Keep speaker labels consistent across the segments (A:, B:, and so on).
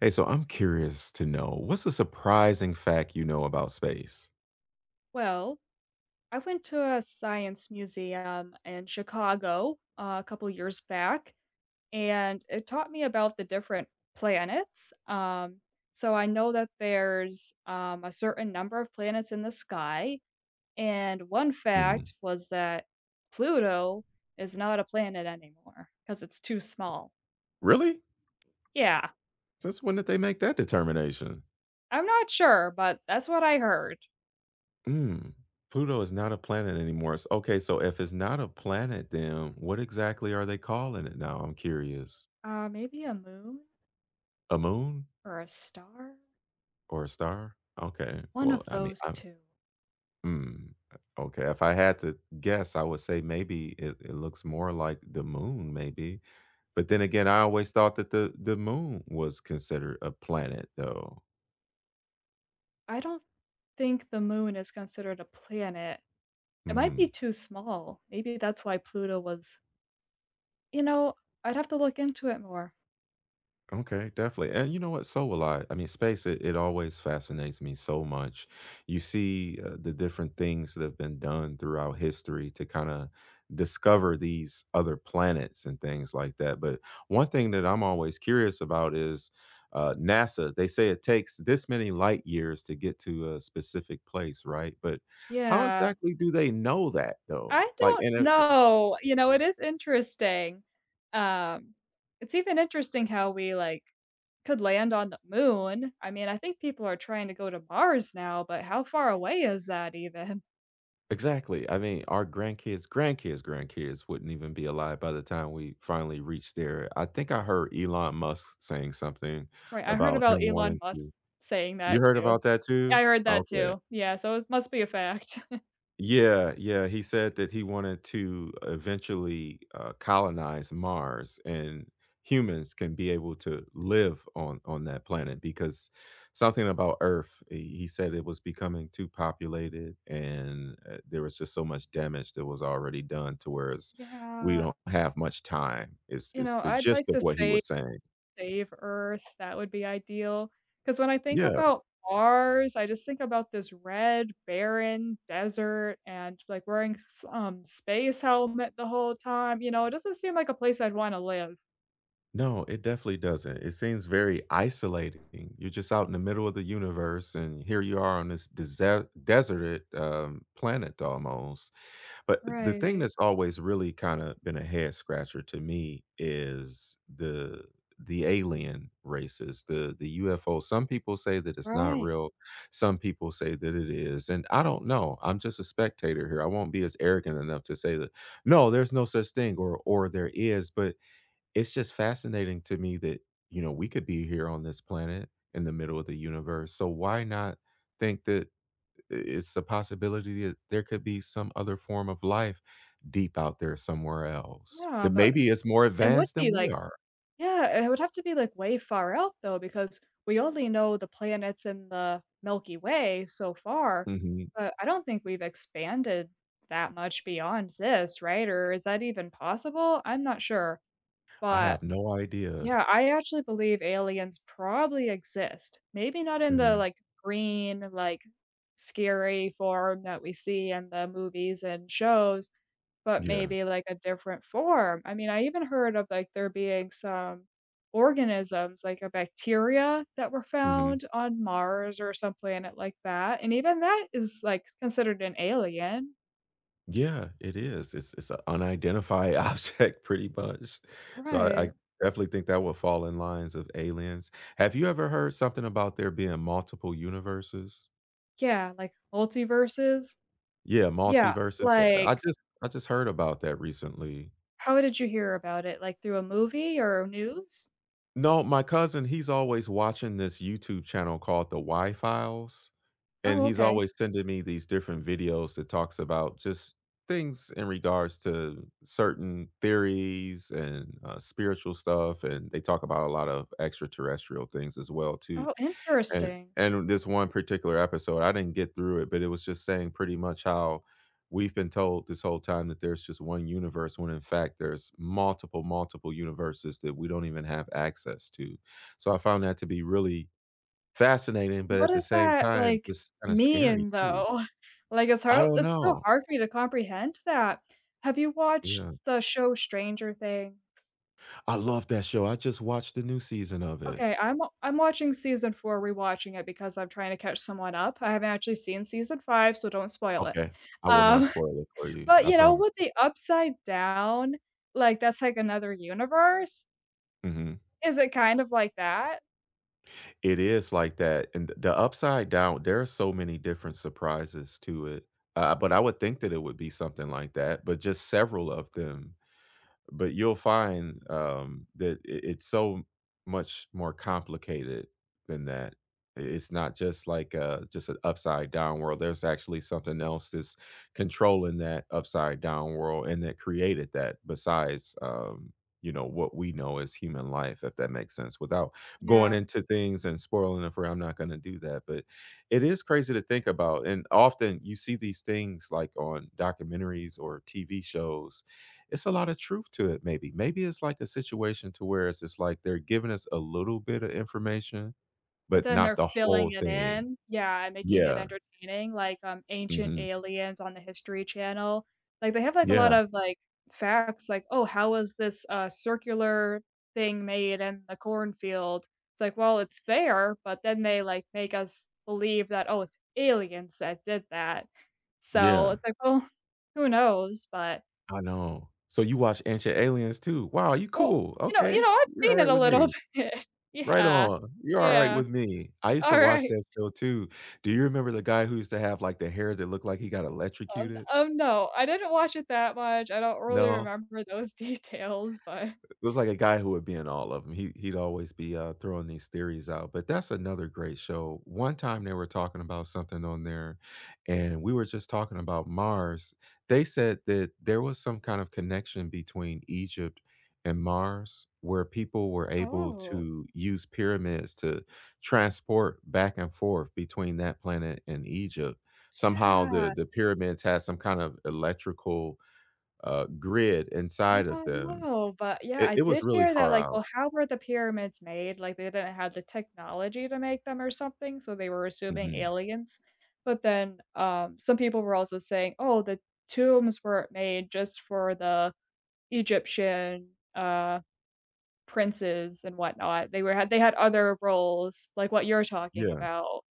A: Hey, so I'm curious to know what's a surprising fact you know about space?
B: Well, I went to a science museum in Chicago, a couple years back, and it taught me about the different planets. So I know that there's a certain number of planets in the sky, and one
A: Mm.
B: fact was that Pluto is not a planet anymore because it's too small.
A: Really?
B: Yeah,
A: Since when did they make that determination?
B: I'm not sure, but that's what I heard.
A: Mm. Pluto is not a planet anymore. Okay, so if it's not a planet, then what exactly are they calling it now? I'm curious.
B: Maybe a moon
A: A moon
B: or a star?
A: or a star? Okay.
B: One
A: Well,
B: of
A: I mean,
B: those
A: I'm.
B: two.
A: Mm, okay, if I had to guess, I would say maybe it looks more like the moon, maybe. But then again, I always thought that the moon was considered a planet, though.
B: I don't think the moon is considered a planet. It might be
A: Mm,
B: too small. Maybe that's why Pluto was you know, I'd have to look into it more.
A: okay, definitely. And you know what? So will I. I mean, space, it always fascinates me so much. You see the different things that have been done throughout history to kind of discover these other planets and things like that. But one thing that I'm always curious about is NASA. They say it takes this many light years to get to a specific place, right? But how
B: Yeah.
A: exactly do they know that though?
B: I
A: Like,
B: don't
A: and
B: know. You know, it is interesting. Um, it's even interesting how we, like, could land on the moon. I mean, I think people are trying to go to Mars now, but how far away is that even?
A: exactly. I mean, our grandkids, grandkids, grandkids wouldn't even be alive by the time we finally reach there. I think I heard Elon Musk saying something
B: Right, I heard
A: about
B: about
A: him
B: Elon
A: wanting
B: Musk
A: to
B: saying that
A: you heard
B: too.
A: about that
B: I
A: too?
B: heard that
A: Okay.
B: too. Yeah, so it must be a fact.
A: Yeah, yeah, he said that he wanted to eventually, colonize Mars, and humans can be able to live on that planet because something about Earth, he said it was becoming too populated, and, there was just so much damage that was already done to whereas we
B: Yeah.
A: don't have much time, it's
B: You
A: it's
B: know,
A: the
B: I'd
A: gist
B: like
A: of
B: to
A: what he
B: say
A: was saying.
B: save Earth, that would be ideal. Because when I think
A: Yeah.
B: about Mars, I just think about this red, barren desert and, like, wearing s space helmet the whole time, you know, it doesn't seem like a place I'd wanna live.
A: No, it definitely doesn't. It seems very isolating. You're just out in the middle of the universe, and here you are on this deserted planet almost. But the thing
B: Right,
A: that's always really kind of been a head scratcher to me is the alien races, the UFO. Some people say that it's not
B: right.
A: real. Some people say that it is, and I don't know. I'm just a spectator here. I won't be as arrogant enough to say that no, there's no such thing, or there is, but it's just fascinating to me that, you know, we could be here on this planet in the middle of the universe. So why not think that it's a possibility that there could be some other form of life deep out there somewhere else
B: Yeah,
A: that
B: but
A: maybe is more
B: it would
A: advanced
B: be,
A: than we
B: like,
A: are?
B: yeah, it would have to be, like, way far out, though, because we only know the planets in the Milky Way so far,
A: Mhm.
B: but I don't think we've expanded that much beyond this, right? Or is that even possible? I'm not sure,
A: I
B: but,
A: have no idea.
B: yeah, I actually believe aliens probably exist. Maybe not in the,
A: Mhm.
B: like, green, like, scary form that we see in the movies and shows, but
A: Yeah.
B: maybe, like, a different form. I mean, I even heard of, like, there being some organisms, like a bacteria that were
A: Mhm.
B: found on Mars or some planet like that, and even that is, like, considered an alien.
A: Yeah, it is. It's an unidentified object pretty much. So I
B: Right.
A: definitely think that would fall in lines of aliens. Have you ever heard something about there being multiple universes?
B: Yeah, like, multiverses.
A: Yeah,
B: Yeah,
A: multiverses. Yeah, I
B: like,
A: just I just heard about that recently.
B: how did you hear about it? Like, through a movie or news?
A: No, my cousin, he's always watching this YouTube channel called The Y Files. And
B: Oh,
A: he's
B: okay.
A: always sending me these different videos that talks about just things in regards to certain theories and, spiritual stuff, and they talk about a lot of extraterrestrial things as well too.
B: Oh,
A: And
B: interesting.
A: and this one particular episode, I didn't get through it, but it was just saying pretty much how we've been told this whole time that there's just one universe when in fact there's multiple, multiple universes that we don't even have access to. So I found that to be really fascinating, but
B: What
A: at the
B: does
A: same
B: that,
A: time,
B: like,
A: it's kinda scary
B: mean,
A: too.
B: though? Like,
A: I don't
B: it's so
A: know.
B: hard for me to comprehend that. Have you watched
A: Yeah.
B: the show Stranger Things?
A: I love that show, I just watched the new season of it.
B: Okay, I'm watching season 4, rewatching it because I'm trying to catch someone up. I haven't actually seen season 5, so don't spoil it.
A: Okay. I will not
B: Um,
A: spoil it for you,
B: but,
A: I
B: you know, with
A: promise.
B: the upside down, like, that's, like, another universe?
A: Mhm.
B: Is it kind of like that?
A: It is like that, and the Upside Down, there are so many different surprises to it, but I would think that it would be something like that, but just several of them but you'll find that it's so much more complicated than that. It's not just like just an upside down world. There's actually something else that's controlling that upside down world and that created that. Besides, you know what we know as human life, if that makes sense. Without going
B: Yeah.
A: into things and spoiling it for, I'm not going to do that. But it is crazy to think about, and often you see these things like on documentaries or TV shows it's a lot of truth to it maybe maybe it's like a situation to where it's just like they're giving us a little bit of information
B: But
A: but
B: then
A: not
B: they're
A: the
B: filling
A: whole
B: it
A: thing
B: in, yeah, and making it
A: yeah
B: entertaining, like, Ancient
A: mhm
B: Aliens on the History Channel. Like, they have, like, a lot
A: yeah
B: of, like, facts, like, "Oh, how was this, circular thing made in the cornfield?" It's like, "Well, it's there," but then they, like, make us believe that, "Oh, it's aliens that did that." So,
A: yeah
B: it's like, well, who knows, but
A: I know so you watch Ancient Aliens too wow you
B: well,
A: cool
B: you know,
A: okay
B: I've
A: you're
B: seen it
A: alright
B: a
A: with
B: little
A: me
B: bit.
A: right
B: Yeah.
A: on you're alright
B: Yeah.
A: with me I used to watch
B: Alright.
A: that show too do you remember the guy who used to have like the hair that looked like he got electrocuted
B: No, I didn't watch it that much, I don't really
A: no
B: remember those details, but
A: it was like a guy who would be in all of them. He'd always be, throwing these theories out, but that's another great show. One time they were talking about something on there, and we were just talking about Mars. They said that there was some kind of connection between Egypt and Mars, where people were able
B: oh,
A: to use pyramids to transport back and forth between that planet and Egypt. Somehow
B: yeah,
A: the pyramids had some kind of electrical, grid
B: I
A: inside of
B: don't
A: them
B: know, but, yeah,
A: it
B: I
A: it was
B: did
A: really
B: hear that,
A: far
B: like,
A: out.
B: well, how were the pyramids made? Like, they didn't have the technology to make them or something, so they were assuming
A: Mhm.
B: aliens, but then, some people were also saying, "Oh, the tombs were made just for the Egyptian, uh, princes and whatnot." They were had they had other roles, like what you're talking
A: Yeah,
B: about.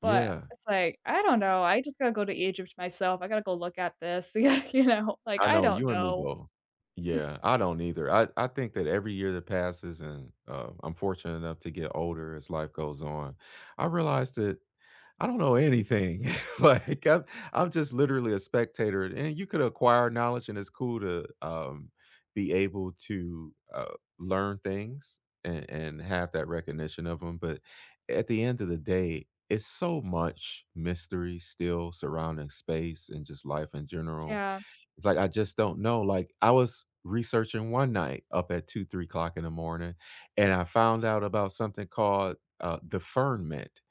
B: But
A: yeah.
B: it's like, I don't know, I just gotta go to Egypt myself, I gotta go look at this, yeah, you know, like,
A: I
B: I
A: know,
B: don't
A: you and me
B: know.
A: both. Yeah, I don't either. I think that every year that passes and, I'm fortunate enough to get older as life goes on, I realize that I don't know anything. Like, I'm just literally a spectator, and you could acquire knowledge, and it's cool to, be able to, learn things and have that recognition of them. But at the end of the day, it's so much mystery still surrounding space and just life in general.
B: Yeah.
A: It's like, I just don't know, like, I was researching one night up at 2, 3 o'clock in the morning, and I found out about something called, deferment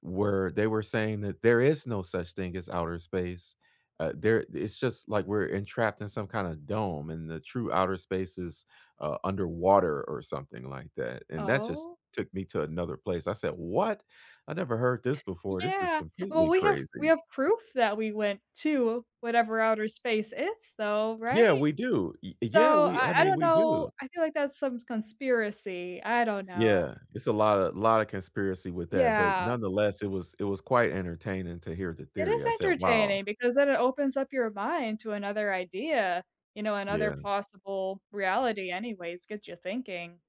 A: where they were saying that there is no such thing as outer space. There, it's just like we're entrapped in some kind of dome, and the true outer space is underwater or something like that. And that just
B: Oh?
A: took me to another place. I said, "What? I never heard this before. This is
B: Yeah. Well,
A: completely
B: we
A: crazy."
B: have proof that we went to whatever outer space is, though,
A: Yeah,
B: right?
A: we do. Yeah,
B: So,
A: we. I
B: I
A: mean,
B: don't
A: we
B: know,
A: do.
B: I feel like that's some conspiracy, I don't know.
A: Yeah, it's a lot of conspiracy with that, but
B: Yeah.
A: nonetheless, it was quite entertaining to hear the
B: It
A: theory.
B: is
A: I said, "Wow,
B: entertaining because then it opens up your mind to another idea, you know, another
A: yeah."
B: possible reality anyways, gets you thinking.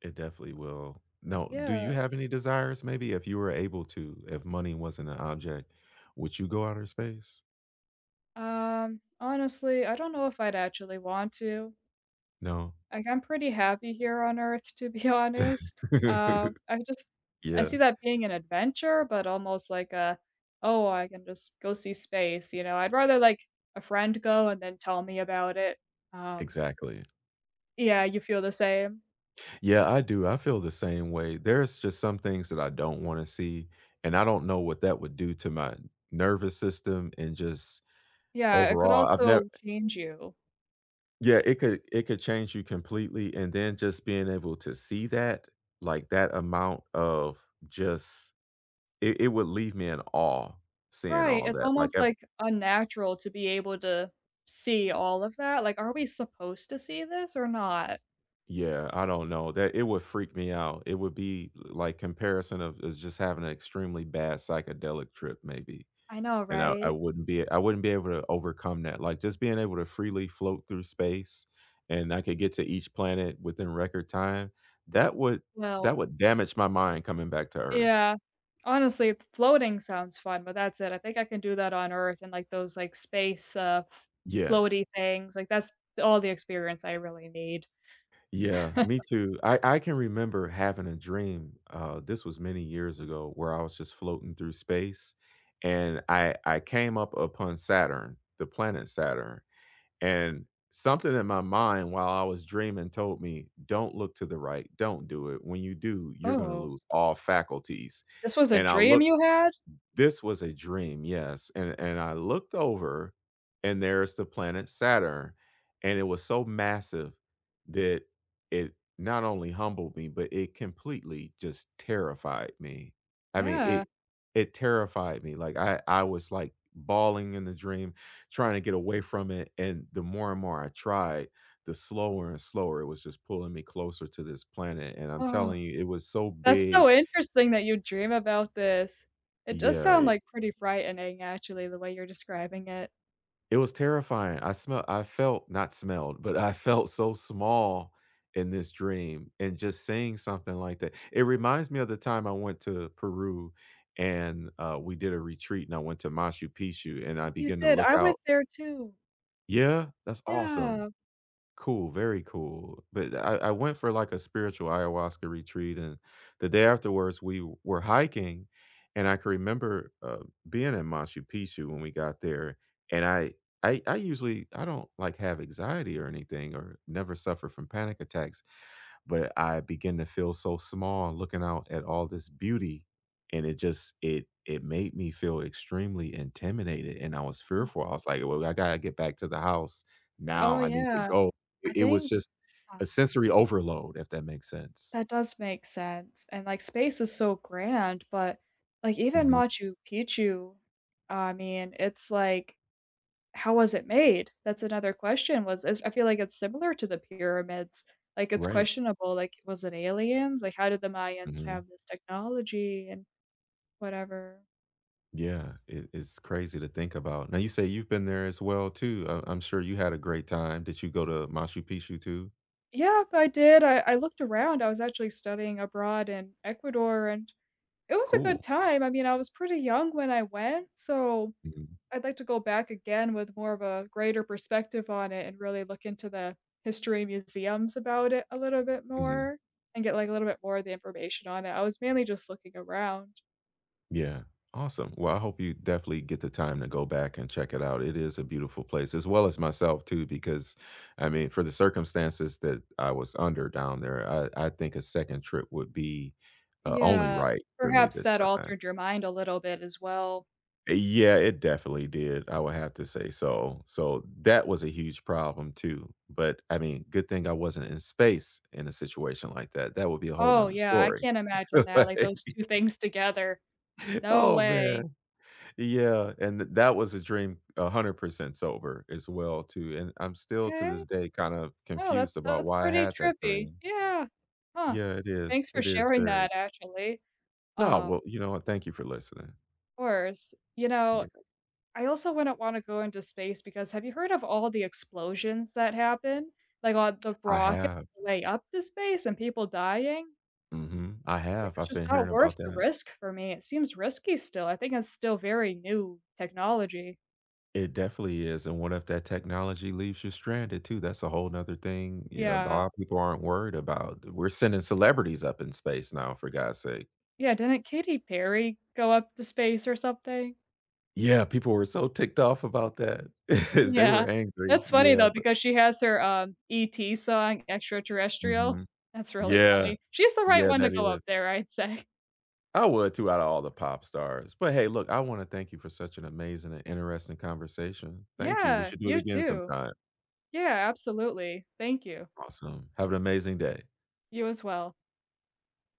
A: It definitely will. No, do you
B: Yeah.
A: have any desires maybe if you were able to, if money wasn't an object, would you go outer space?
B: Honestly, I don't know if I'd actually want to.
A: No?
B: Like, I'm pretty happy here on Earth, to be honest. I just I see
A: Yeah,
B: that being an adventure, but almost like a, "Oh, I can just go see space," you know? I'd rather, like, a friend go and then tell me about it. Um.
A: exactly.
B: Yeah, you feel the same?
A: Yeah, I do, I feel the same way. There's just some things that I don't wanna see, and I don't know what that would do to my nervous system and just
B: Yeah, it could
A: overall, I've never.
B: also change you.
A: Yeah, it could change you completely, and then just being able to see that, like, that amount of just it it would leave me in awe seeing
B: Right,
A: all
B: it's
A: that, like,
B: almost,
A: if
B: like, unnatural to be able to see all of that, like, are we supposed to see this or not?
A: yeah, I don't know, that it would freak me out. It would be like comparison of is just having an extremely bad psychedelic trip maybe,
B: I know,
A: and I
B: right?
A: wouldn't be I wouldn't be able to overcome that, like, just being able to freely float through space and I could get to each planet within record time, that would
B: Well,
A: that would damage my mind coming back to Earth.
B: yeah. Honestly, floating sounds fun, but that's it. I think I can do that on Earth and, like, those, like, space, f
A: Yeah.
B: floaty things, like, that's all the experience I really need.
A: Yeah, me too. I can remember having a dream, this was many years ago, where I was just floating through space, and I came up upon Saturn, the planet Saturn, and something in my mind while I was dreaming told me, "Don't look to the right, don't do it. When you do, you're gonna
B: Oh,
A: lose all faculties."
B: this was a
A: And I
B: dream
A: looked
B: you had?
A: this was a dream, yes, and I looked over, and there's the planet Saturn, and it was so massive that it not only humbled me, but it completely just terrified me. I mean,
B: Yeah.
A: it terrified me, like, I was, like, bawling in the dream, trying to get away from it, and the more and more I tried, the slower and slower it was just pulling me closer to this planet, and I'm
B: Oh,
A: telling you, it was so
B: that's so
A: big
B: interesting that you dream about this. It does sound,
A: yeah,
B: like, pretty frightening, actually, the way you're describing it.
A: it was terrifying. I smell I felt not smelled, but I felt so small in this dream, and just saying something like that it reminds me of the time I went to Peru, and, we did a retreat, and I went to Machu Picchu, and I
B: Oh, you
A: began to
B: did?
A: look
B: I went
A: out
B: there too.
A: yeah, that's awesome.
B: Yeah.
A: Cool, very cool. But I went for like a spiritual ayahuasca retreat, and the day afterwards, were hiking, and I can remember being in Machu Picchu when we got there. And I usually I don't like have anxiety or anything, or never suffer from panic attacks, but I begin to feel so small looking out at all this beauty, and it just it made me feel extremely intimidated, and I was fearful. I
B: Mhm.
A: was like, well, I gotta get back to the house
B: Oh,
A: now. I need to
B: yeah.
A: go it
B: I
A: it was
B: think,
A: just
B: um
A: a sensory overload, if that makes sense.
B: That does make sense, and, like, space is so grand, but, like, even
A: Mhm.
B: Machu Picchu, I mean, it's like, how was it made? That's another question, was is I feel like it's similar to the pyramids, like, it's
A: Right.
B: questionable, like, was it aliens? Like, how did the Mayans
A: Mhm.
B: have this technology and whatever?
A: Yeah, it's crazy to think about. Now you say you've been there as well too. I'm sure you had a great time. Did you go to Machu Picchu too?
B: Yeah, I did, I looked around, I was actually studying abroad in Ecuador, and it was a good
A: Cool.
B: time, I mean, I was pretty young when I went, so
A: Mhm.
B: I'd like to go back again with more of a greater perspective on it and really look into the history museums about it a little bit
A: Mhm.
B: more and get, like, a little bit more of the information on it. I was mainly just looking around.
A: Yeah. Awesome. Well, I hope you definitely get the time to go back and check it out. It is a beautiful place as well as myself too, because I mean, for the circumstances that I was under down there, I think a second trip would be, only
B: Yeah,
A: right for me
B: perhaps
A: this
B: that
A: time.
B: altered your mind a little bit as well.
A: Yeah, it definitely did, I would have to say so. So, that was a huge problem too, but, I mean, good thing I wasn't in space in a situation like that, that would be a whole
B: Oh,
A: 'nother
B: yeah, I
A: story.
B: can't imagine that, like,
A: Like,
B: those 2 things together. No
A: oh,
B: way.
A: man. Yeah, and th that was a dream 100% sober as well too, and I'm still to
B: Okay.
A: this day kinda
B: Oh,
A: confused about
B: that's
A: why I
B: pretty
A: had that
B: trippy.
A: dream.
B: Yeah. Huh.
A: Yeah,
B: Thanks for
A: it is
B: sharing
A: very
B: that, actually. Um,
A: no,
B: of
A: well, you know what, thank you for listening.
B: course. You know,
A: Yeah,
B: I also wouldn't wanna go into space because have you heard of all the explosions that happen? Like, on the
A: I
B: rocket
A: have.
B: way up to space and people dying?
A: Mhm, I have,
B: It's
A: I've
B: just
A: been
B: not
A: hearing
B: worth
A: about
B: the
A: that.
B: risk for me. It seems risky still. I think it's still very new technology.
A: It definitely is, and what if that technology leaves you stranded too? That's a whole 'nother thing, you know, a
B: Yeah.
A: lot of people aren't worried about. We're sending celebrities up in space now, for God's sake.
B: Yeah, didn't Katy Perry go up to space or something?
A: Yeah, people were so ticked off about that. They were
B: Yeah.
A: angry.
B: That's funny
A: Yeah.
B: though because she has her, ET song, Extraterrestrial.
A: Mhm.
B: That's really
A: Yeah.
B: funny. She's the right
A: Yeah,
B: one to
A: that
B: go
A: is.
B: up there, I'd say.
A: I would too, out of all the pop stars. But hey, look, I wanna thank you for such an amazing and interesting conversation. Thank you. We
B: Yeah,
A: should do it
B: you
A: again
B: too.
A: sometime.
B: Yeah, absolutely. Thank you.
A: Awesome. Have an amazing day.
B: You as well.